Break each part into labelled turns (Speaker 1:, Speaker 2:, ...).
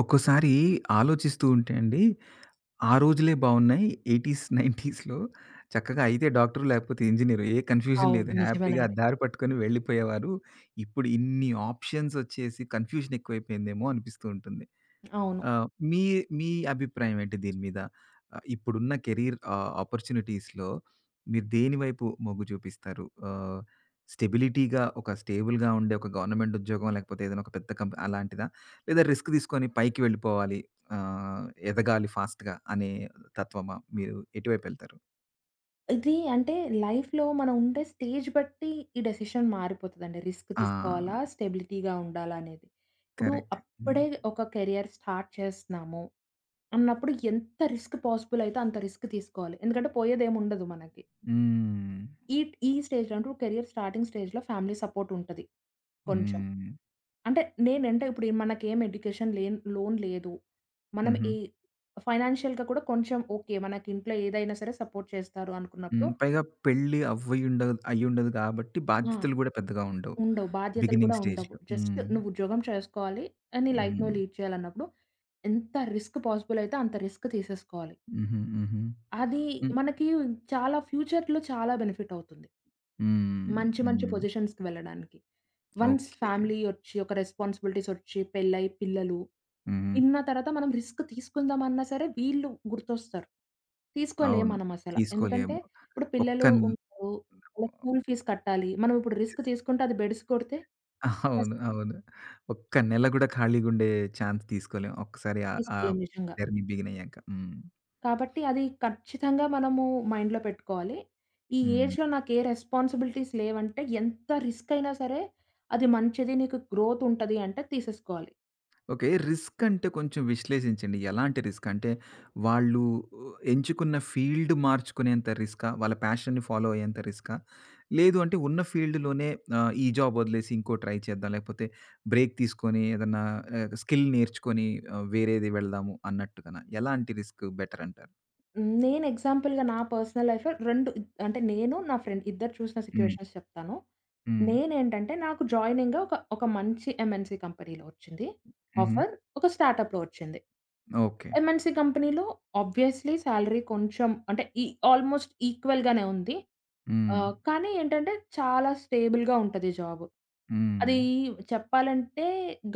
Speaker 1: ఒక్కోసారి ఆలోచిస్తూ ఉంటే అండి, ఆ రోజులే బావున్నాయి. 80స్, 90స్‌లో చక్కగా అయితే డాక్టరు లేకపోతే ఇంజినీరు ఏ కన్‌ఫ్యూజన్ లేదు.
Speaker 2: అవును.
Speaker 1: హ్యాపీగా ఆ
Speaker 2: నిజమేనండి.
Speaker 1: దారి పట్టుకొని వెళ్ళిపోయేవారు. ఇప్పుడు ఇన్ని ఆప్షన్స్ ఒచ్చేసి కన్‌ఫ్యూజన్ ఎక్కువైపోయిందేమో అనిపిస్తూ ఉంటుంది.
Speaker 2: అవును.
Speaker 1: ఆ! మీ మీ అభిప్రాయం ఏంటి దీని మీద? ఇప్పుడున్న కెరీర్ ఆపర్చునిటీస్‌లో మీరు దేని వైపు మొగ్గు చూపిస్తారు? స్టెబిలిటీగా ఒక స్టేబుల్‌గా ఉండే ఒక గవర్నమెంట్ ఉద్యోగం లేకపోతే ఏదైనా ఒక పెద్ద కంపెనీ అలాంటిదా? లేదా రిస్క్ తీసుకొని పైకి వెళ్ళిపోవాలి, ఆహ్, ఎదగాలి ఫాస్ట్‌గా అనే తత్వమా? మీరు ఎటువైపు వెళ్తారు?
Speaker 2: ఇది అంటే లైఫ్‌లో మనం ఉండే స్టేజ్ బట్టి ఈ డెసిషన్ మారిపోతదండి. రిస్క్
Speaker 1: ఆ!
Speaker 2: తీసుకోవాలా? స్టెబిలిటీగా ఉండాలా? అనేది. ఇప్పుడు
Speaker 1: కరెక్ట్. హ్మ్.
Speaker 2: అప్పుడే ఒక కెరియర్ స్టార్ట్ చేస్తున్నాము అన్నప్పుడు ఎంత రిస్క్ పాసిబుల్ అయితే అంత రిస్క్ తీసుకోవాలి. ఎందుకంటే పోయేదేముండదు మనకి.
Speaker 1: హ్మ్.
Speaker 2: ఈ ఈ స్టేజ్‌లో అంటే కెరియర్ స్టార్టింగ్ స్టేజ్‌లో ఫ్యామిలీ సపోర్ట్ ఉంటది. కొంచెం.
Speaker 1: హ్మ్.
Speaker 2: అంటే నేనంటే ఇప్పుడు మనకేం ఎడ్యుకేషన్ లేన్ లోన్ లేదు. మనం
Speaker 1: హుహు.
Speaker 2: ఈ ఫైనాన్షియల్‌గా కూడా కొంచెం ఓకే. మనకి ఇంట్లో ఏదైనా సరే సపోర్ట్ చేస్తారు
Speaker 1: హ్మ్.
Speaker 2: అనుకున్నప్పుడు
Speaker 1: పైగా పెళ్లి అవ్వి ఉండదు అయ్యుండదు కాబట్టి
Speaker 2: ఆ!
Speaker 1: బాధ్యతలు గూడా పెద్దగా ఉండవు.
Speaker 2: ఉండవు. బాధ్యతలు కూడా
Speaker 1: బిగినింగ్
Speaker 2: ఉండవు.
Speaker 1: స్టేజ్‌లో.
Speaker 2: జస్ట్
Speaker 1: హ్మ్.
Speaker 2: నువ్వు ఉద్యోగం చేసుకోవాలి. నీ లైఫ్
Speaker 1: హ్మ్.
Speaker 2: నువ్వు లీడ్ చేయాలన్నప్పుడు ఎంత రిస్క్ పాసిబుల్ అయితే అంత రిస్క్ తీసేసుకోవాలి.
Speaker 1: హుహు. హుహు.
Speaker 2: అది
Speaker 1: హ్మ్.
Speaker 2: మనకి చాలా ఫ్యూచర్‌లో చాలా బెనిఫిట్ అవుతుంది.
Speaker 1: హ్మ్.
Speaker 2: మంచి, మంచి
Speaker 1: హ్మ్.
Speaker 2: పొజిషన్స్‌కి వెళ్ళడానికి. Once
Speaker 1: okay.
Speaker 2: ఫ్యామిలీ ఒచ్చి, ఒక రెస్పాన్సిబిలిటీస్ ఒచ్చి, పెళ్లై, పిల్లలు
Speaker 1: హ్మ్.
Speaker 2: ఇన్న తర్వాత మనం రిస్క్ తీసుకుందామన్నా సరే వీళ్ళు గుర్తొస్తారు. తీసుకోలేం
Speaker 1: అవును.
Speaker 2: మనం అసల. ఎందుకంటే
Speaker 1: తీసుకోలేము.
Speaker 2: ఇప్పుడు
Speaker 1: ఒక్క
Speaker 2: పిల్లలు
Speaker 1: న్
Speaker 2: ఉంటారు. వాళ్ళ స్కూల్ ఫీస్ కట్టాలి. మనం ఇప్పుడు రిస్క్
Speaker 1: యెస్.
Speaker 2: తీసుకుంటే అది బెడిసి కొడితే
Speaker 1: అవును.
Speaker 2: కష్టం.
Speaker 1: అవును. ఒక్క నెల గూడా ఖాళీగుండే ఛాన్స్ తీసుకోలేం. ఒక్కసారి ఆ ఆ
Speaker 2: తీసుకోలేం నిజంగా.
Speaker 1: జర్నీ బిగినయ్యాక. హ్మ్.
Speaker 2: కాబట్టి అది ఖచ్చితంగా మనము మైండ్‌లో పెట్టుకోవాలి. ఈ
Speaker 1: హ్మ్.
Speaker 2: ఏజ్‌లో నాకు ఏ రెస్పాన్సిబిలిటీస్ లేవంటే ఎంత రిస్క్ అయినా సరే అది మంచిది. నీకు గ్రోత్ ఉంటది అంటే తీసేసుకోవాలి.
Speaker 1: ఓకే. రిస్క్ అంటే కొంచెం విశ్లేషించండి. ఎలాంటి రిస్క్? అంటే వాళ్ళు ఎంచుకున్న ఫీల్డ్ మార్చుకునేంత రిస్కా? వాళ్ళ ప్యాషన్‌ని ఫాలో అయ్యేంత రిస్కా? లేదు అంటే ఉన్న ఫీల్డ్‌లోనే ఈ జాబ్ వదిలేసి ఇంకో ట్రై చేద్దాం. లేకపోతే బ్రేక్ తీసుకొని ఏదన్నా స్కిల్ నేర్చుకొని వేరేది వెళ్దాము అన్నట్టుగానా? ఎలాంటి రిస్క్ బెటర్ అంటారు?
Speaker 2: హ్మ్. నేను ఎగ్జాంపుల్‌గా నా పర్సనల్ లైఫ్‌లో 2 అంటే నేను, నా ఫ్రెండ్ ఇద్దరు చూసిన
Speaker 1: హ్మ్.
Speaker 2: సిట్యుయేషన్స్ చెప్తాను.
Speaker 1: హ్మ్.
Speaker 2: నేనేంటంటే నాకు జాయినింగ్ ఒక ఒక మంచి ఎంఎన్‌సీ కంపెనీలో వచ్చింది.
Speaker 1: హుహు.
Speaker 2: ఆఫర్ ఒక స్టార్టప్‌లో వచ్చింది.
Speaker 1: ఓకే.
Speaker 2: ఎంఎన్‌సి కంపెనీలో ఆబ్వియస్‌లీ సాలరీ కొంచెం అంటే ఈ ఆల్‌మోస్ట్ ఈక్వల్ గానే ఉంది.
Speaker 1: హ్మ్.
Speaker 2: కానీ ఏంటంటే చాలా స్టేబుల్‌గా ఉంటది జాబ్.
Speaker 1: హ్మ్.
Speaker 2: అది చెప్పాలంటే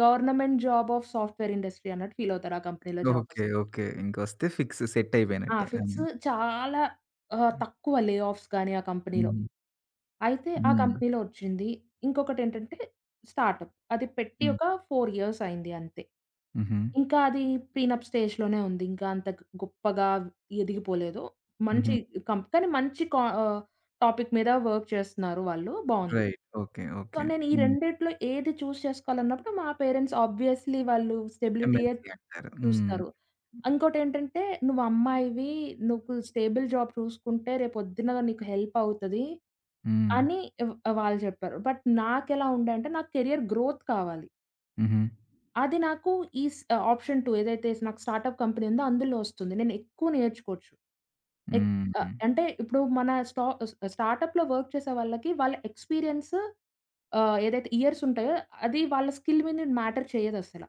Speaker 2: government job of software industry అన్నట్టు ఫీల్ అవుతారు ఆ కంపెనీలో జాబ్ వస్తే.
Speaker 1: ఓకే. ఓకే. ఇంకొస్తే ఫిక్స్ సెట్
Speaker 2: ఆ!
Speaker 1: అయిపోయినట్టే. ఆ!
Speaker 2: ఫిట్స్ చాలా తక్కువ లే ఆఫ్స్ గాని ఆ కంపెనీలో.
Speaker 1: హ్మ్.
Speaker 2: అయితే ఆ
Speaker 1: హ్మ్.
Speaker 2: కంపెనీలో ఒచ్చింది. ఇంకొకటేంటంటే స్టార్టప్. అది పెట్టి
Speaker 1: హ్మ్.
Speaker 2: ఒక 4 ఇయర్స్ అయింది అంతే.
Speaker 1: హుహు.
Speaker 2: ఇంకా అది ప్రీనప్ స్టేజ్‌లోనే ఉంది. ఇంకా అంత గొప్పగా ఎదిగిపోలేదు. మంచి
Speaker 1: హుహు.
Speaker 2: కం కానీ మంచి కా ఆహ్, టాపిక్ మీద వర్క్ చేస్తున్నారు వాళ్ళు. బావుంది.
Speaker 1: రైట్. ఓకే.
Speaker 2: So,
Speaker 1: okay.
Speaker 2: నేను ఈ
Speaker 1: హ్మ్.
Speaker 2: రెండిట్లో ఏది చేసుకోవాలన్నప్పుడు మా పేరెంట్స్ ఆబ్వియస్‌లీ వాళ్ళు స్టెబిలిటీయే
Speaker 1: ఎంఎన్‌సి అంటారు. హ్మ్.
Speaker 2: చూస్తారు. ఇంకోటేంటంటే, "నువ్వమ్మాయివి, నువ్వు అమ్మాయివి, నువ్వు స్టేబుల్ జాబ్ చూసుకుంటే రేపొద్దున నీకు హెల్పవుతది"
Speaker 1: హ్మ్.
Speaker 2: అని వ్ వాళ్ళు చెప్పారు. బట్ నాకెలా ఉండే అంటే, నాకు కెరియర్ గ్రోత్ కావాలి.
Speaker 1: హుహు.
Speaker 2: అది నాకు ఈ స్ ఆప్షన్ 2 ఏదైతే నాకు స్టార్టప్ కంపెనీ ఉందో అందులో వస్తుంది. నేను ఎక్కువ నేర్చుకోవచ్చు. ఎక్
Speaker 1: హ్మ్.
Speaker 2: అంటే ఇప్పుడు మన స్టార్టప్‌లో వర్క్ చేసే వాళ్ళకి వాళ్ళ ఎక్స్‌పీరియన్స్ ఏదైతే ఇయర్స్ ఉంటాయో, అది వాళ్ళ స్కిల్ మీద మ్యాటర్ చేయదసల.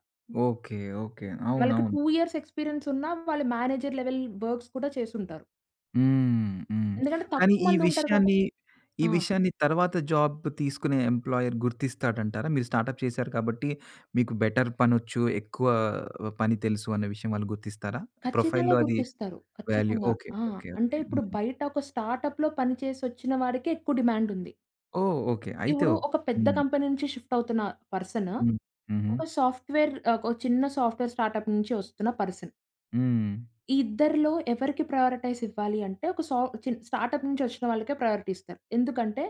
Speaker 1: ఓకే. ఓకే.
Speaker 2: వాళ్ళకి
Speaker 1: అవునవును.
Speaker 2: 2 ఇయర్స్ ఎక్స్‌పీరియన్స్ ఉన్నా, వాళ్ళు మేనేజర్ లెవెల్ వర్క్స్ కూడా చేసుంటారు.
Speaker 1: హ్మ్. హ్మ్.
Speaker 2: ఎందుకంటే
Speaker 1: కానీ
Speaker 2: తక్కువ మందుంటారు
Speaker 1: ఈ
Speaker 2: ఆ!
Speaker 1: విషయాన్ని తర్వాత జాబ్ తీసుకునే ఎంప్లాయర్ గుర్తిస్తాడంటారా? మీరు స్టార్టప్ చేశారు కాబట్టి మీకు బెటర్ పనొచ్చు, ఎక్కువ పని తెలుసు అన్న విషయం వాళ్ళు గుర్తిస్తారా?
Speaker 2: ఖచ్చితంగా
Speaker 1: ప్రొఫైల్‌లో అది
Speaker 2: గుర్తిస్తారు.
Speaker 1: వాల్యూ.
Speaker 2: ఖచ్చితంగా.
Speaker 1: ఓకే.
Speaker 2: ఆ!
Speaker 1: ఓకే.
Speaker 2: అంటే
Speaker 1: ఓకే.
Speaker 2: ఇప్పుడు
Speaker 1: హ్మ్.
Speaker 2: బయట ఒక స్టార్టప్‌లో పని చేసొచ్చిన వాడికే ఎక్కువ డిమాండుంది.
Speaker 1: ఓహ్! ఓకే. అయితే
Speaker 2: ఇప్పుడు
Speaker 1: ఓకే.
Speaker 2: ఒక పెద్ద
Speaker 1: హ్మ్.
Speaker 2: కంపెనీ నుంచి షిఫ్ట్ అవుతున్న పర్సన్,
Speaker 1: హ్మ్. హుహు.
Speaker 2: ఒక సాఫ్ట్‌వేర్ ఒక చిన్న సాఫ్ట్‌వేర్ స్టార్టప్ నుంచి వస్తున్న పర్సన్.
Speaker 1: హ్మ్.
Speaker 2: ఈ ఇద్దరిలో ఎవరికి ప్రయారిటైజ్ ఇవ్వాలి అంటే ఒక సా చి స్టార్టప్ నుంచి వచ్చిన వాళ్ళకే ప్రయారిటీ ఇస్తారు. ఎందుకంటే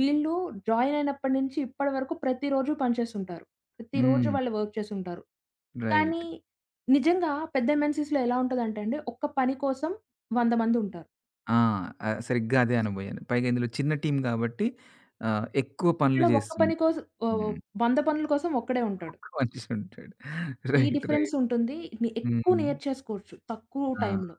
Speaker 2: వీళ్ళు జాయిన్ అయినప్పటి నుంచి ఇప్పటి వరకు ప్రతిరోజు పనిచేస్తుంటారు. ప్రతిరోజు
Speaker 1: హ్మ్.
Speaker 2: వాళ్ళు వర్క్ చేసుంటారు.
Speaker 1: రైట్.
Speaker 2: కానీ నిజంగా పెద్ద ఎంఎన్‌సీస్‌లో ఎలా ఉంటదంటే అండి, ఒక్క పని కోసం 100 మందుంటారు.
Speaker 1: ఆ! సరిగ్గా అదే అనబోయాను. పైగా ఇందులో చిన్న టీమ్ గాబట్టి ఎక్కువ పనులు
Speaker 2: ఇక్కడ ఒక్క పని
Speaker 1: జేస్తుంటాడు.
Speaker 2: కోసం ఓహ్!
Speaker 1: హ్మ్.
Speaker 2: 100 పనుల కోసం ఒక్కడే ఉంటాడు.
Speaker 1: ఒక్క మనిషి ఉంటాడు.
Speaker 2: ఈ
Speaker 1: రైట్.
Speaker 2: Difference
Speaker 1: right.
Speaker 2: ఉంటుంది. ని ఎక్కువ
Speaker 1: హ్మ్.
Speaker 2: నేర్చేసుకోవచ్చు తక్కువ టైంలో.
Speaker 1: ఆ!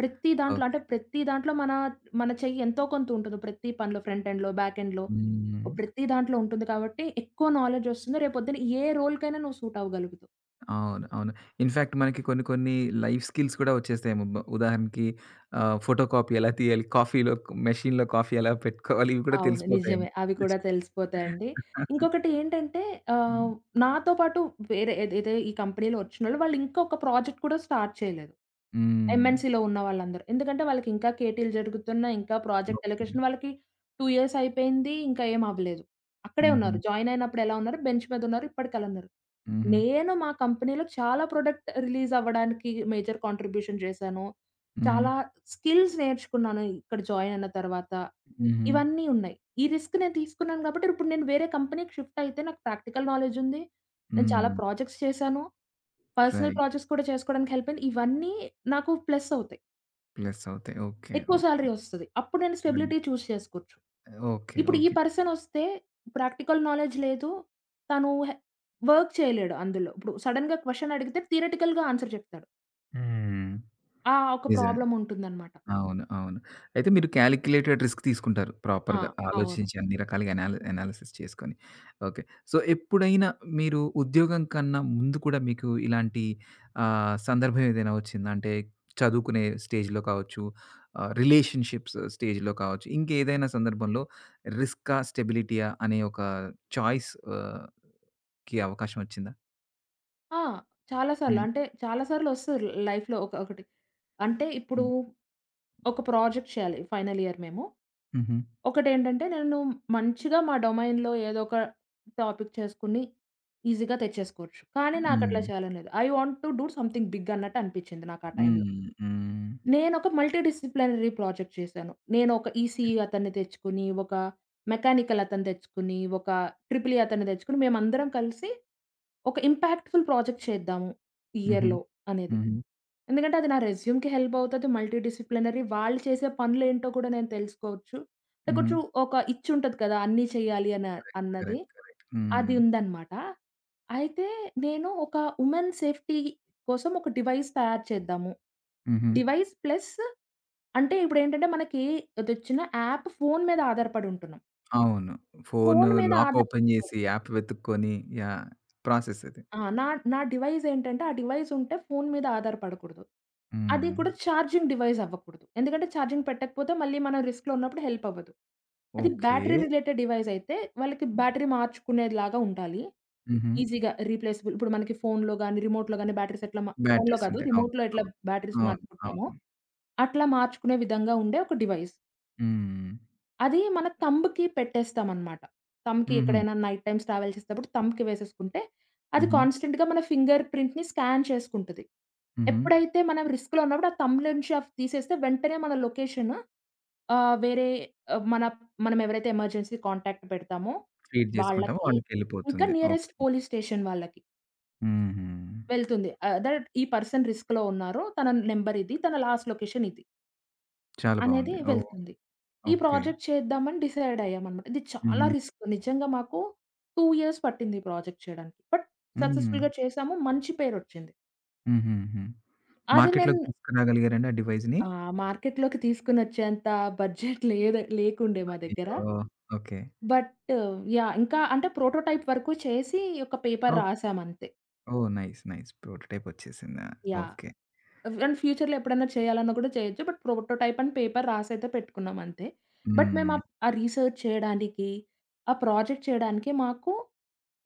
Speaker 1: ఓకే.
Speaker 2: ప్రతి దాంట్లో మన చెయ్యి ఎంతో కొంత ఉంటుంది. ప్రతి పనిలో ఫ్రంట్ ఎండ్‌లో, బ్యాక్ ఎండ్‌లో
Speaker 1: హ్మ్.
Speaker 2: ప్రతి దాంట్లో ఉంటుంది కాబట్టి ఎక్కువ నాలెడ్జ్ వస్తుంది. రేపొద్దున ఏ రోల్‌కైనా నువ్వు సూట్ అవ్వగలుగుతావు.
Speaker 1: అవును. అవును. ఇన్‌ఫాక్ట్ మనకి కొన్ని కొన్ని లైఫ్ స్కిల్స్ కూడా వచ్చేస్తాయేమో. ఉదాహరణకి ఫోటో కాపీ ఎలా తీయాలి? మెషీన్‌లో కాఫీ ఎలా పెట్టుకోవాలి? ఇవి కూడా
Speaker 2: అవును.
Speaker 1: తెలిసిపోతాయేమో.
Speaker 2: నిజమే. అవి కూడా తెలిసిపోతాయండి. ఇంకొకటి ఏంటంటే
Speaker 1: హ్మ్.
Speaker 2: ఆహ్, నాతో పాటు వేరే ఏదైతే ఈ కంపెనీలో వచ్చినోళ్ళు వాళ్ళు ఇంకొక ప్రాజెక్ట్ కూడా స్టార్ట్ చేయలేదు.
Speaker 1: హ్మ్.
Speaker 2: ఎంఎన్‌సీ‌లో ఉన్న వాళ్ళందరూ. ఎందుకంటే వాళ్ళకి ఇంకా కేటీలు జరుగుతున్నాయి. ఇంకా ప్రాజెక్ట్
Speaker 1: ఓకే.
Speaker 2: ఎలొకేషన్ వాళ్ళకి 2 ఇయర్స్ అయిపోయింది. ఇంకా ఏం అవ్వలేదు. అక్కడే
Speaker 1: హుహు.
Speaker 2: ఉన్నారు. జాయిన్ అయినప్పుడు ఎలా ఉన్నారు? బెంచ్ మీద ఉన్నారు. ఇప్పటికి అలా ఉన్నారు.
Speaker 1: హుహు.
Speaker 2: నేను మా కంపెనీలో చాలా ప్రొడక్ట్ రిలీజ్ అవ్వడానికి మేజర్ కాంట్రిబ్యూషన్ చేశాను.
Speaker 1: హుహు.
Speaker 2: చాలా స్కిల్స్ నేర్చుకున్నాను ఇక్కడ జాయిన్ అయిన తర్వాత.
Speaker 1: హుహు.
Speaker 2: ఇవన్నీ ఉన్నాయి. ఈ రిస్క్ నేను తీసుకున్నాను గాబట్టి, ఇప్పుడు నేను వేరే కంపెనీకి షిఫ్ట్ అయితే నాకు ప్రాక్టికల్ నాలెడ్జ్ ఉంది. నేను చాలా
Speaker 1: హ్మ్.
Speaker 2: ప్రాజెక్ట్స్ చేశాను. Personal
Speaker 1: right.
Speaker 2: ప్రాజెక్ట్స్ కూడా చేసుకోవడానికి హెల్ప్ అయింది. ఇవన్నీ నాకు ప్లస్ అవుతాయి.
Speaker 1: ప్లస్ అవుతాయి. ఓకే.
Speaker 2: ఎక్కువ
Speaker 1: ఓకే.
Speaker 2: సాలరీ ఒస్తది. అప్పుడు నేను స్టెబిలిటీ
Speaker 1: రైట్.
Speaker 2: చూజ్ చేసుకోవచ్చు.
Speaker 1: ఓకే.
Speaker 2: ఇప్పుడు ఈ
Speaker 1: ఓకే.
Speaker 2: పర్సన్ ఒస్తే ప్రాక్టికల్ నాలెడ్జ్ లేదు. తను వర్క్ చేయలేడు అందులో. ఇప్పుడు సడెన్‌గా క్వెషన్ అడిగితే థియరిటికల్‌గా ఆన్సర్ చెప్తాడు.
Speaker 1: హ్మ్.
Speaker 2: ఆ! ఒక
Speaker 1: నిజమే.
Speaker 2: ప్రాబ్లమ్ ఉంటుందన్నమాట.
Speaker 1: అవును. అవును. అయితే మీరు కాలిక్యులేటెడ్ రిస్క్ తీసుకుంటారు
Speaker 2: ఆ!
Speaker 1: ప్రాపర్‌గా.
Speaker 2: అవును.
Speaker 1: ఆలోచించి అన్ని రకాలుగా అనాలిసిస్ చేసుకొని. ఓకే. సో, ఎప్పుడైనా మీరు ఉద్యోగం కన్నా ముందు కూడా మీకు ఇలాంటి సందర్భం ఏదైనా వచ్చిందా? అంటే చదువుకునే స్టేజ్‌లో కావచ్చు, రిలేషన్‌షిప్స్ స్టేజ్‌లో కావచ్చు, ఇంకేదైనా సందర్భంలో రిస్కా? స్టెబిలిటీయా? అనే ఒక చాయిస్ ఆహ్, కి అవకాశం వచ్చిందా?
Speaker 2: ఆ! చాలా సార్లు.
Speaker 1: హ్మ్.
Speaker 2: అంటే చాలా సార్లొస్తది లైఫ్‌లో ఒకటి. అంటే ఇప్పుడు
Speaker 1: హ్మ్.
Speaker 2: ఒక ప్రాజెక్ట్ చేయాలి ఫైనల్ ఇయర్ మేము.
Speaker 1: హుహు.
Speaker 2: ఒకటేంటంటే నేను మంచిగా మా డొమైన్‌లో ఏదో ఒక టాపిక్ చేసుకొని ఈజీగా తెచ్చేసుకోవచ్చు. కానీ నాకట్లా
Speaker 1: హ్మ్.
Speaker 2: చేయాలని లేదు. I want to do something big అన్నట్టు అనిపిచ్చింది నాకు ఆ టైమ్‌లో.
Speaker 1: హ్మ్. హ్మ్.
Speaker 2: నేనొక మల్టీ డిసిప్లినరీ ప్రాజెక్ట్ చేశాను. నేను ఒక ఈసీఈ అతన్ని తెచ్చుకొని, ఒక మెకానికల్ అతను తెచ్చుకొని, ఒక ట్రిపుల్ ఈ అతన్ని తెచ్చుకొని, మేమందరం కలిసి ఒక ఇంపాక్ట్‌ఫుల్ ప్రాజెక్ట్ చేద్దాము ఈ
Speaker 1: హుహు.
Speaker 2: ఇయర్‌లో అనేది.
Speaker 1: హుహు.
Speaker 2: ఎందుకంటే అది నా రెజ్యూమ్‌కి హెల్ప్ అవుతది. మల్టీ డిసిప్లినరీ వాళ్ళు చేసే పనులేంటో కూడా నేను తెలుసుకోవచ్చు. అంటే
Speaker 1: హుహు.
Speaker 2: కొంచెం ఒక ఇచ్ ఉంటది కదా! అన్నీ చేయాలి అన్నది.
Speaker 1: కరెక్ట్. కరెక్ట్.
Speaker 2: అది
Speaker 1: హ్మ్.
Speaker 2: ఉందన్నమాట. అయితే నేను ఒక ఉమెన్ సేఫ్టీ కోసం ఒక డివైస్ తయారు చేద్దాము.
Speaker 1: హుహు.
Speaker 2: డివైస్ ప్లస్ అంటే ఇప్పుడేంటంటే మనకి ఏదొచ్చినా యాప్ ఫోను మీద ఆధారపడి ఉంటున్నాం.
Speaker 1: అవును. ఫోను
Speaker 2: ఫోను మీద
Speaker 1: లాక్ ఓపెన్
Speaker 2: ఆధారపడకూడదు.
Speaker 1: జేసి యాప్ వెతుక్కొని యాహ్! ప్రాసెస్ అది.
Speaker 2: ఆ! నా నా డివైస్ ఏంటంటే, ఆ డివైస్ ఉంటే ఫోను మీద ఆధారపడకూడదు. అది
Speaker 1: హ్మ్.
Speaker 2: కూడా చార్జింగ్ డివైస్ అవ్వకూడదు. ఎందుకంటే చార్జింగ్ పెట్టకపోతే మళ్ళీ మనం రిస్క్‌లో ఉన్నప్పుడు హెల్ప్ అవ్వదు. అది
Speaker 1: ఓకే.
Speaker 2: బ్యాటరీ రిలేటెడ్ డివైస్ అయితే వాళ్ళకి బ్యాటరీ మార్చుకునేలాగా ఉండాలి.
Speaker 1: హుహు.
Speaker 2: ఈజీగా రీప్లేసబుల్ ఇప్పుడు మనకి ఫోనులో గాని, రిమోట్‌లో గాని బ్యాటరీస్ ఎట్లా మా ఫోనులో
Speaker 1: బ్యాటరీస్
Speaker 2: కాదు
Speaker 1: ఉంటాయి. అవును.
Speaker 2: రిమోట్‌లో ఎట్లా బ్యాటరీస్
Speaker 1: అవును.
Speaker 2: మార్చుకుంటున్నామో,
Speaker 1: అవును.
Speaker 2: అట్లా మార్చుకునే విధంగా ఉండే ఒక డివైస్.
Speaker 1: హ్మ్.
Speaker 2: అది మన థంబ్‌కి పెట్టేస్తామనమాట. థంబ్‌కి
Speaker 1: హుహు.
Speaker 2: ఎక్కడైనా నైట్ టైమ్స్ ట్రావెల్ చేసేటప్పుడు థంబ్‌కి వేసేసుకుంటే, అది
Speaker 1: హుహు.
Speaker 2: కాన్స్టెంట్‌గా మన ఫింగర్ ప్రింట్‌ని స్కాన్ చేసుకుంటది.
Speaker 1: హుహు.
Speaker 2: ఎప్పుడైతే మనం రిస్క్‌లో ఉన్నప్పుడు ఆ థంబ్ నుంచి ఆఫ్ తీసేస్తే వెంటనే మన లొకేషన్ వేరే ఆహ్, మన మనం ఎవరైతే ఎమర్జెన్సీ కాంటాక్ట్ పెడతామో
Speaker 1: ఫీడ్ జేసుకుంటాము.
Speaker 2: వాళ్ళకి, ఇంకా
Speaker 1: వాళ్ళకెళ్ళిపోతుంది. ఓకే.
Speaker 2: నియరెస్ట్ పోలీస్ స్టేషన్ వాళ్ళకి
Speaker 1: హుహు.
Speaker 2: వెళ్తుంది. దట్ ఈ పర్సన్ రిస్క్‌లో ఉన్నారు. తన నంబర్ ఇది. తన లాస్ట్ లొకేషన్ ఇది.
Speaker 1: చాలా
Speaker 2: అనేది
Speaker 1: బావుంది. ఓహ్!
Speaker 2: వెళ్తుంది. ఈ
Speaker 1: ఓకే.
Speaker 2: ప్రాజెక్ట్ చేద్దామని డిసైడ్ అయ్యామనమాట. ఇది చాలా
Speaker 1: హుహు.
Speaker 2: రిస్క్. నిజంగా మాకు 2 ఇయర్స్ పట్టింది ఈ ప్రాజెక్ట్ చేయడానికి. బట్
Speaker 1: హ్మ్.
Speaker 2: సక్సెస్‌ఫుల్‌గా చేసాము. మంచి పేరొచ్చింది.
Speaker 1: హుహుహు.
Speaker 2: అది నేను
Speaker 1: మార్కెట్‌లోకి తీసుకురాగలిగారండి ఆ డివైస్‌ని?
Speaker 2: ఆ! మార్కెట్‌లోకి తీసుకొనొచ్చేంత బడ్జెట్ లేదు లేకుండే మా దగ్గర.
Speaker 1: అయ్యో! ఓకే.
Speaker 2: But yeah! ఇంకా అంటే ప్రోటోటైప్ వరకు చేసి ఒక పేపర్
Speaker 1: ఓహ్!
Speaker 2: రాసామంతే.
Speaker 1: ఓహ్! నైస్. నైస్. ప్రోటోటైప్ వచ్చేసిందా?
Speaker 2: యాహ్!
Speaker 1: ఓకే.
Speaker 2: అండ్ ఫ్యూచర్‌లో ఎప్పుడైనా చేయాలన్నా కూడా చేయొచ్చు. బట్ ప్రోటోటైప్ అని పేపర్ రాసైతే పెట్టుకున్నాం అంతే. బట్ మేము
Speaker 1: హ్మ్.
Speaker 2: ఆ రీసెర్చ్ చేయడానికి, ఆ ప్రాజెక్ట్ చేయడానికి మాకు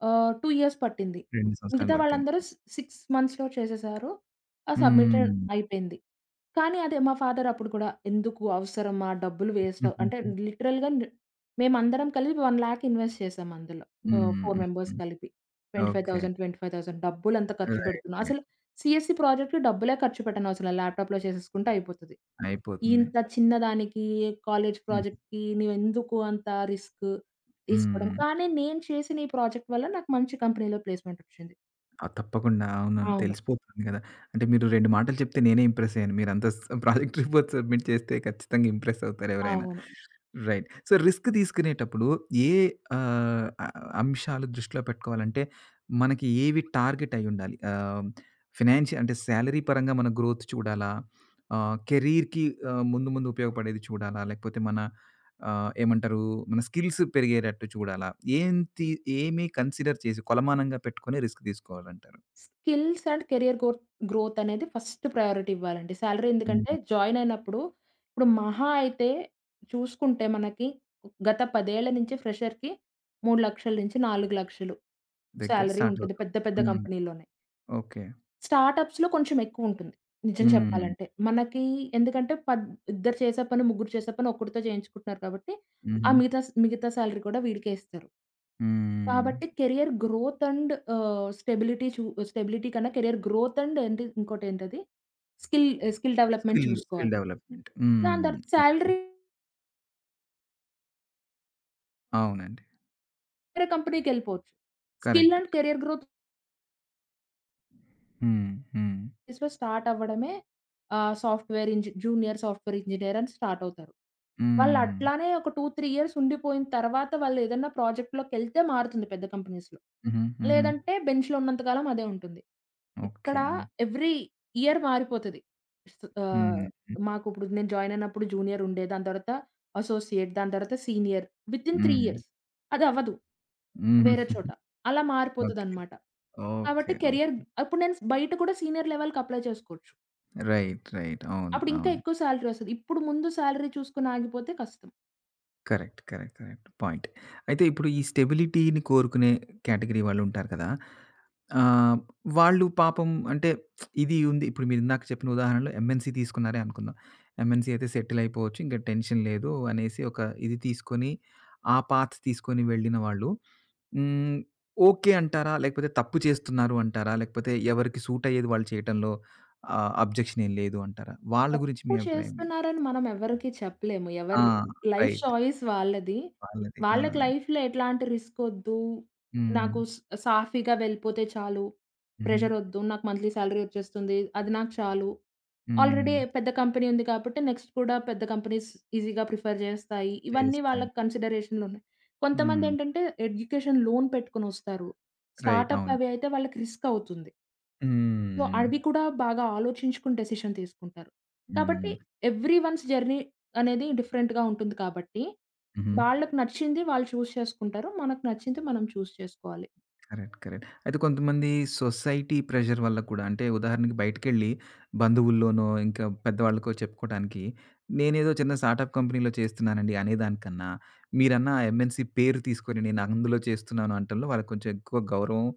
Speaker 2: 2 ఇయర్స్ పట్టింది.
Speaker 1: 2 సంవత్సరాలు
Speaker 2: మిగతా
Speaker 1: పట్టింది.
Speaker 2: వాళ్ళందరూ 6 మంత్స్‌లో చేసేసారు. ఆ సబ్మిషన్
Speaker 1: హ్మ్.
Speaker 2: అయిపోయింది. కానీ అదే మా ఫాదర్ అప్పుడు కూడా ఎందుకు అవసరమా? డబ్బులు వేస్ట్ అంటే
Speaker 1: హుహుహు.
Speaker 2: లిటరల్‌గా మేమందరం కలిపి 1,00,000 ఇన్వెస్ట్ చేసాం అందులో.
Speaker 1: హ్మ్.
Speaker 2: 4 మెంబర్స్
Speaker 1: హ్మ్.
Speaker 2: కలిపి.
Speaker 1: ఓకే.
Speaker 2: 25,000, 25,000 డబ్బులంతా ఖర్చు
Speaker 1: రైట్.
Speaker 2: పెడుతున్నాం.
Speaker 1: రైట్.
Speaker 2: అసలు సీఎస్‌సి ప్రాజెక్ట్‌కి డబ్బులే ఖర్చు పెట్టనవసరం లేదు. ల్యాప్‌టాప్‌లో చేసేసుకుంటే అయిపోతది.
Speaker 1: అయిపోతుంది.
Speaker 2: ఇంత చిన్నదానికి కాలేజ్
Speaker 1: హ్మ్.
Speaker 2: ప్రాజెక్ట్‌కి నువ్వెందుకు అంత రిస్క్ తీసుకోవడం?
Speaker 1: హ్మ్.
Speaker 2: కానీ నేను చేసిన ఈ ప్రాజెక్ట్ వల్ల నాకు మంచి కంపెనీలో ప్లేస్‌మెంట్ వచ్చింది.
Speaker 1: ఆ! తప్పకుండా. అవునవును.
Speaker 2: అవును.
Speaker 1: తెలిసిపోతుంది గదా! అంటే మీరు 2 మాటలు చెప్తే నేనే ఇంప్రెస్ అయ్యాను. మీరంత ప్రాజెక్ట్ రిపోర్ట్ సబ్మిట్ చేస్తే ఖచ్చితంగా ఇంప్రెస్ అవుతారు ఎవరైనా.
Speaker 2: అవును.
Speaker 1: రైట్. సో, రిస్క్ తీసుకునేటప్పుడు ఏ ఆహ్, ఆహ్, అంశాలు దృష్టిలో పెట్టుకోవాలంటే, మనకి ఏవి టార్గెట్ అయ్యుండాలి? ఫినాన్షియల్ అంటే సాలరీ పరంగా మన గ్రోత్ చూడాలా? కెరీర్‌కి ముందు ముందు ఉపయోగపడేది చూడాలా? లేకపోతే మన ఏమంటారు? మన స్కిల్స్ పెరిగేటట్టు చూడాలా? ఏం తి ఏమి కన్సిడర్ చేసి కొలమానంగా పెట్టుకొని రిస్క్ తీసుకోవాలంటారు?
Speaker 2: స్కిల్స్ అండ్ కెరియర్ గ్రోత్ అనేది ఫస్ట్ ప్రయారిటీ ఇవ్వాలండి. సాలరీ ఎందుకంటే
Speaker 1: హ్మ్.
Speaker 2: జాయిన్ అయినప్పుడు, ఇప్పుడు మహా అయితే చూసుకుంటే మనకి గత 10 ఏళ్ల నుంచి ఫ్రెషర్‌కి 3,00,000-4,00,000
Speaker 1: దగ్గర
Speaker 2: సాలరీ
Speaker 1: స్టార్ట్
Speaker 2: ఉంటుంది.
Speaker 1: అవుతాం.
Speaker 2: పెద్ద పెద్ద
Speaker 1: హ్మ్.
Speaker 2: కంపెనీల్లోనే.
Speaker 1: ఓకే.
Speaker 2: స్టార్టప్స్‌లో కొంచెం ఎక్కువుంటుంది. నిజం
Speaker 1: హ్మ్.
Speaker 2: చెప్పాలంటే. మనకి ఎందుకంటే ఇద్దరు చేసే పని, ముగ్గురు చేసే పని ఒకడితో చేయించుకుంటున్నారు కాబట్టి, ఆ
Speaker 1: హుహు.
Speaker 2: మిగతా మిగతా సాలరీ కూడా వీడికే ఇస్తారు.
Speaker 1: హ్మ్.
Speaker 2: కాబట్టి కెరియర్ గ్రోత్ అండ్ ఆహ్, స్టెబిలిటీ చూ స్టెబిలిటీ కన్నా కెరియర్ గ్రోత్ అండ్ ఏంటి ఇంకోటేంటది skill skill development
Speaker 1: skill, skill
Speaker 2: చూసుకోవాలి.
Speaker 1: డెవలప్‌మెంట్.
Speaker 2: దాని
Speaker 1: హ్మ్.
Speaker 2: తర్వాత
Speaker 1: ఓకే.
Speaker 2: సాలరీ
Speaker 1: అవునండి.
Speaker 2: వేరే కంపెనీకెళ్ళిపోవచ్చు. Skill
Speaker 1: correct.
Speaker 2: And career growth
Speaker 1: హ్మ్. హ్మ్.
Speaker 2: ఆఫీస్‌లో స్టార్ట్ అవ్వడమే ఆహ్, సాఫ్ట్‌వేర్ ఇంజి జూనియర్ సాఫ్ట్‌వేర్ ఇంజినీర్ అని స్టార్ట్ అవుతారు. వాళ్ళు
Speaker 1: హ్మ్.
Speaker 2: అట్లానే ఒక 2, 3 ఇయర్స్ ఉండిపోయిన తర్వాత వాళ్ళు ఏదన్నా ప్రాజెక్ట్‌లోకెళ్తే మారుతుంది పెద్ద కంపెనీస్‌లో.
Speaker 1: హుహు. హుహు.
Speaker 2: లేదంటే బెంచ్‌లో ఉన్నంత కాలం అదే ఉంటుంది.
Speaker 1: ఓకే.
Speaker 2: ఇక్కడ
Speaker 1: ఓకే.
Speaker 2: Every year మారిపోతది. స్ ఆహ్,
Speaker 1: హ్మ్.
Speaker 2: మాకు ఇప్పుడు నేను జాయిన్ అయినప్పుడు జూనియర్ ఉండే, దాని తర్వాత అసోసియేట్, దాని తర్వాత సీనియర్ వితిన్ 3
Speaker 1: హ్మ్.
Speaker 2: ఇయర్స్. అది అవ్వదు
Speaker 1: హ్మ్.
Speaker 2: వేరే చోట. అలా
Speaker 1: ఓకే.
Speaker 2: మారిపోతదనమాట.
Speaker 1: ఓకే.
Speaker 2: కాబట్టి కెరియర్
Speaker 1: ఓకే.
Speaker 2: అప్పుడు నేను బయట కూడా సీనియర్ లెవెల్‌కి అప్లై చేసుకోవచ్చు.
Speaker 1: రైట్. రైట్. అవును.
Speaker 2: అప్పుడు ఇంకా
Speaker 1: అవును.
Speaker 2: ఎక్కువ సాలరీ వస్తది. ఇప్పుడు ముందు సాలరీ చూసుకొని ఆగిపోతే కష్టం.
Speaker 1: కరెక్ట్. కరెక్ట్. కరెక్ట్. పాయింట్. అయితే ఇప్పుడు ఈ స్టెబిలిటీని కోరుకునే కేటగరీ వాళ్ళుంటారు కదా! ఆహ్, వాళ్ళు పాపం అంటే ఇది ఉంది. ఇప్పుడు మీరిందాక చెప్పిన ఉదాహరణలో ఎంఎన్‌సి తీసుకున్నారే అనుకుందాం. ఎంఎన్‌సి అయితే సెటిల్ అయిపోవచ్చు. ఇంక టెన్షన్ లేదు అనేసి ఒక ఇది తీసుకొని, ఆ పాత్ తీసుకొని వెళ్ళిన వాళ్ళు హ్మ్. ఓకే అంటారా? లేకపోతే తప్పు చేస్తున్నారు అంటారా? లేకపోతే ఎవరికి సూట్ అయ్యేది వాళ్ళు చేయటంలో అబ్జెక్షన్ ఏం లేదు అంటారా? వాళ్ళ గురించి మీ
Speaker 2: తప్పు
Speaker 1: అభిప్రాయం ఏంటి?
Speaker 2: చేస్తున్నారని మనం ఎవరికీ చెప్పలేము.
Speaker 1: ఆ!
Speaker 2: ఎవరి లైఫ్
Speaker 1: రైట్.
Speaker 2: చాయిస్ వాళ్ళది.
Speaker 1: వాళ్ళది. ఆ!
Speaker 2: వాళ్ళకి లైఫ్‌లో ఎట్లాంటి రిస్క్ ఒద్దు.
Speaker 1: హ్మ్.
Speaker 2: నాకు సాఫీగా వెళ్ళిపోతే చాలు.
Speaker 1: హుహు.
Speaker 2: ప్రెషర్ ఒద్దు. నాకు మంత్లీ సాలరీ వచ్చేస్తుంది. అది నాకు చాలు. ఆల్రెడీ
Speaker 1: హ్మ్.
Speaker 2: పెద్ద కంపెనీ ఉంది కాబట్టి నెక్స్ట్ కూడా పెద్ద కంపెనీస్ ఈజీగా ప్రిఫర్ చేస్తాయి. ఇవన్నీ
Speaker 1: చేస్తాయి.
Speaker 2: వాళ్ళకి కన్సిడరేషన్‌లో ఉన్నాయి.
Speaker 1: హ్మ్.
Speaker 2: కొంతమందేంటంటే ఎడ్యుకేషన్ లోన్ పెట్టుకొనొస్తారు.
Speaker 1: రైట్.
Speaker 2: స్టార్టప్
Speaker 1: అవును.
Speaker 2: అవి అయితే వాళ్ళకి రిస్క్ అవుతుంది. సో,
Speaker 1: హ్మ్.
Speaker 2: అవి కూడా బాగా ఆలోచించుకుని డెసిషన్ తీసుకుంటారు. కాబట్టి
Speaker 1: హ్మ్.
Speaker 2: ఎవ్రీ వన్స్ జర్నీ అనేది డిఫరెంట్‌గా ఉంటుంది కాబట్టి,
Speaker 1: హుహు.
Speaker 2: వాళ్ళకి నచ్చింది వాళ్ళు చూజ్ చేసుకుంటారు. మనకు నచ్చింది మనం చూజ్ చేసుకోవాలి.
Speaker 1: కరెక్ట్. కరెక్ట్. అయితే కొంతమంది సొసైటీ ప్రెషర్ వల్ల కూడా అంటే ఉదాహరణకి బయటికెళ్ళి బంధువుల్లోనో, ఇంకా పెద్దవాళ్ళకో చెప్పుకోవడానికి నేనేదో చిన్న స్టార్టప్ కంపెనీలో చేస్తున్నానండి అనేదానికన్నా, మీరన్న ఎంఎన్‌సి పేరు తీసుకొని నేను అందులో చేస్తున్నాను అనటంలో వాళ్ళకి కొంచెం ఎక్కువ గౌరవం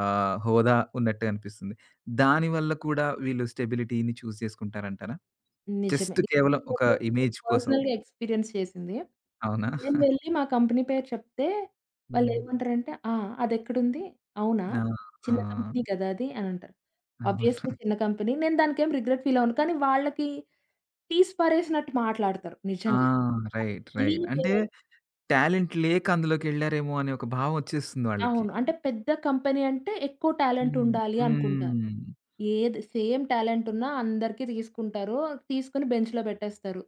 Speaker 1: హోదా ఉన్నట్టు అనిపిస్తుంది. దానివల్ల కూడా వీళ్ళు స్టెబిలిటీని చూజ్ చేసుకుంటారంటారా?
Speaker 2: నిజమే.
Speaker 1: జస్ట్
Speaker 2: ఇది
Speaker 1: కేవలం ఒక
Speaker 2: నేను
Speaker 1: ఇమేజ్ కోసం.
Speaker 2: పర్సనల్‌గా ఎక్స్‌పీరియన్స్ చేసింది.
Speaker 1: అవునా?
Speaker 2: నేను వెళ్ళి మా కంపెనీ పేరు చెప్తే
Speaker 1: హ్మ్.
Speaker 2: వాళ్ళేమంటారంటే, "ఆ! అదెక్కడుంది? అవునా?
Speaker 1: ఆ! ఆ!
Speaker 2: చిన్న కంపెనీ కదా అది" అనంటారు. ఆబ్వియస్‌లీ
Speaker 1: అవును.
Speaker 2: చిన్న కంపెనీ. నేను దానికేం రిగ్రెట్ ఫీల్ అవ్వను. కానీ వాళ్ళకి తీసి పారేసినట్టు మాట్లాడతారు
Speaker 1: ఆ!
Speaker 2: నిజంగా. వాళ్ళకి
Speaker 1: రైట్. రైట్.
Speaker 2: తెలియని
Speaker 1: అంటే
Speaker 2: పేరై
Speaker 1: టాలెంట్ లేక అందులోకెళ్లారేమో అనే ఒక భావం వచ్చేస్తుంది వాళ్ళకి.
Speaker 2: అవును. అంటే పెద్ద కంపెనీ అంటే ఎక్కువ టాలెంట్
Speaker 1: హ్మ్.
Speaker 2: ఉండాలి అనుకుంటారు.
Speaker 1: హ్మ్.
Speaker 2: ఏది సేమ్ టాలెంట్ ఉన్నా అందరికీ తీసుకుంటారు. తీసుకొని బెంచ్‌లో పెట్టేస్తారు.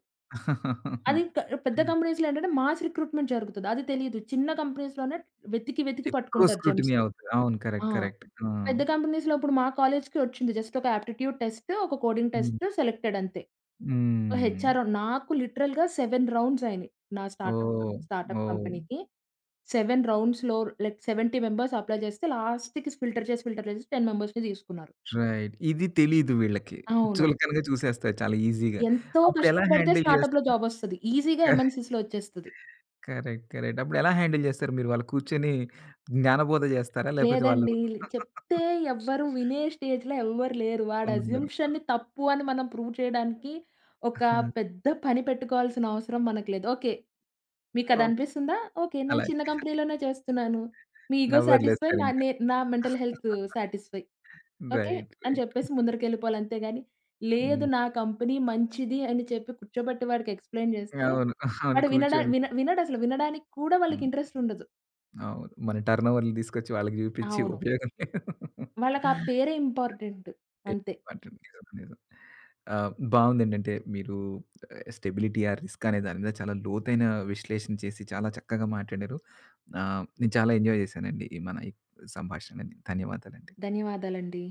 Speaker 2: అది క పెద్ద
Speaker 1: హ్మ్.
Speaker 2: కంపెనీస్‌లో ఏంటంటే మాస్ రిక్రూట్‌మెంట్ జరుగుతది. అది తెలీదు. చిన్న కంపెనీస్‌లోనే వెతికి వెతికి
Speaker 1: ఎక్కువ
Speaker 2: పట్టుకుంటారు
Speaker 1: స్క్రూటినీ
Speaker 2: జెమ్స్‌ని.
Speaker 1: అవుతది. అవును.
Speaker 2: ఆ!
Speaker 1: కరెక్ట్. కరెక్ట్. ఆ!
Speaker 2: పెద్ద కంపెనీస్‌లో ఇప్పుడు మా కాలేజ్‌కి వచ్చింది. జస్ట్ ఒక యాప్టిట్యూడ్ టెస్ట్, ఒక కోడింగ్
Speaker 1: హ్మ్.
Speaker 2: టెస్ట్ సెలెక్టెడ్ అంతే. ఒక
Speaker 1: హ్మ్.
Speaker 2: హెచ్ఆర్ నాకు లిటరల్‌గా 7 రౌండ్స్ అయినాయి. నా స్టార్టప్
Speaker 1: ఓహ్!
Speaker 2: స్టార్టప్
Speaker 1: ఓహ్!
Speaker 2: కంపెనీకి. 7 రౌండ్స్‌లో లైక్ 70 మెంబర్స్ అప్లై చేస్తే లాస్ట్‌కి ఫిల్టర్ చేసి, ఫిల్టర్ చేసి 10 మెంబర్స్‌ని తీసుకున్నారు.
Speaker 1: రైట్. ఇది తెలీదు వీళ్ళకి.
Speaker 2: అవును.
Speaker 1: చులకనగా చూసేస్తారు చాలా ఈజీగా.
Speaker 2: ఎంతో
Speaker 1: అప్పుడెలా
Speaker 2: కష్టపడితే
Speaker 1: హ్యాండిల్ చేస్
Speaker 2: స్టార్టప్‌లో జాబ్ వస్తది. ఈజీగా ఎంఎన్‌సీస్‌లో వచ్చేస్తది.
Speaker 1: కరెక్ట్. కరెక్ట్. అప్పుడెలా హ్యాండిల్ జేస్తారు మీరు? వాళ్ళు కూర్చొని జ్ఞానబోధ జేస్తారా? లేపోతే వాళ్ళు
Speaker 2: లేదండి. చెప్తే ఎవ్వరు వినే స్టేజ్‌లో ఎవ్వరు లేరు. వాడి
Speaker 1: ఉండరు.
Speaker 2: అజంప్షన్‌ని తప్పు అని మనం ప్రూవ్ చేయడానికి ఒక పెద్ద పని పెట్టుకోవాల్సిన అవసరం మనకు లేదు. ఓకే.
Speaker 1: ఓకే.
Speaker 2: మీకదనిపిస్తుందా? ఓకే. నేను చిన్న
Speaker 1: అలాగే.
Speaker 2: కంపెనీలోనే చేస్తున్నాను. మీ ఇగో సాటిస్ఫై. నా
Speaker 1: నవ్వొదిలేస్తారింకా.
Speaker 2: నే నా mental health satisfy. Okay.
Speaker 1: Right. Right.
Speaker 2: అని చెప్పేసి ముందరికెళ్ళిపోవాలి అంతేగాని, లేదు
Speaker 1: హ్మ్.
Speaker 2: నా కంపెనీ మంచిది అని చెప్పి కూర్చోబెట్టి వాడికి ఎక్స్‌ప్లెయిన్ చేస్తే,
Speaker 1: అవును. అవును.
Speaker 2: వాడు వినడా
Speaker 1: కూర్చొని
Speaker 2: వినడసలు. వినడానికి కూడా వాళ్ళకి
Speaker 1: హ్మ్.
Speaker 2: ఇంట్రెస్ట్ ఉండదు.
Speaker 1: అవును. మన టర్నోవర్‌లు తీసుకొచ్చి వాళ్ళకి జూపిచ్చి
Speaker 2: అవును.
Speaker 1: ఉపయోగం లేదు.
Speaker 2: వాళ్ళకా పేరే ఇంపార్టెంట్. అంతే.
Speaker 1: నిజం. నిజం. బావుందండి. అంటే మీరు స్టెబిలిటీ, ఆ రిస్క్ అనే దాని మీద చాలా లోతైన విశ్లేషణ చేసి చాలా చక్కగా మాట్లాడారు. నేను చాలా ఎంజాయ్ జేశానండి ఈ మన ఈ సంభాషణని. ధన్యవాదాలండి.
Speaker 2: ధన్యవాదాలండి.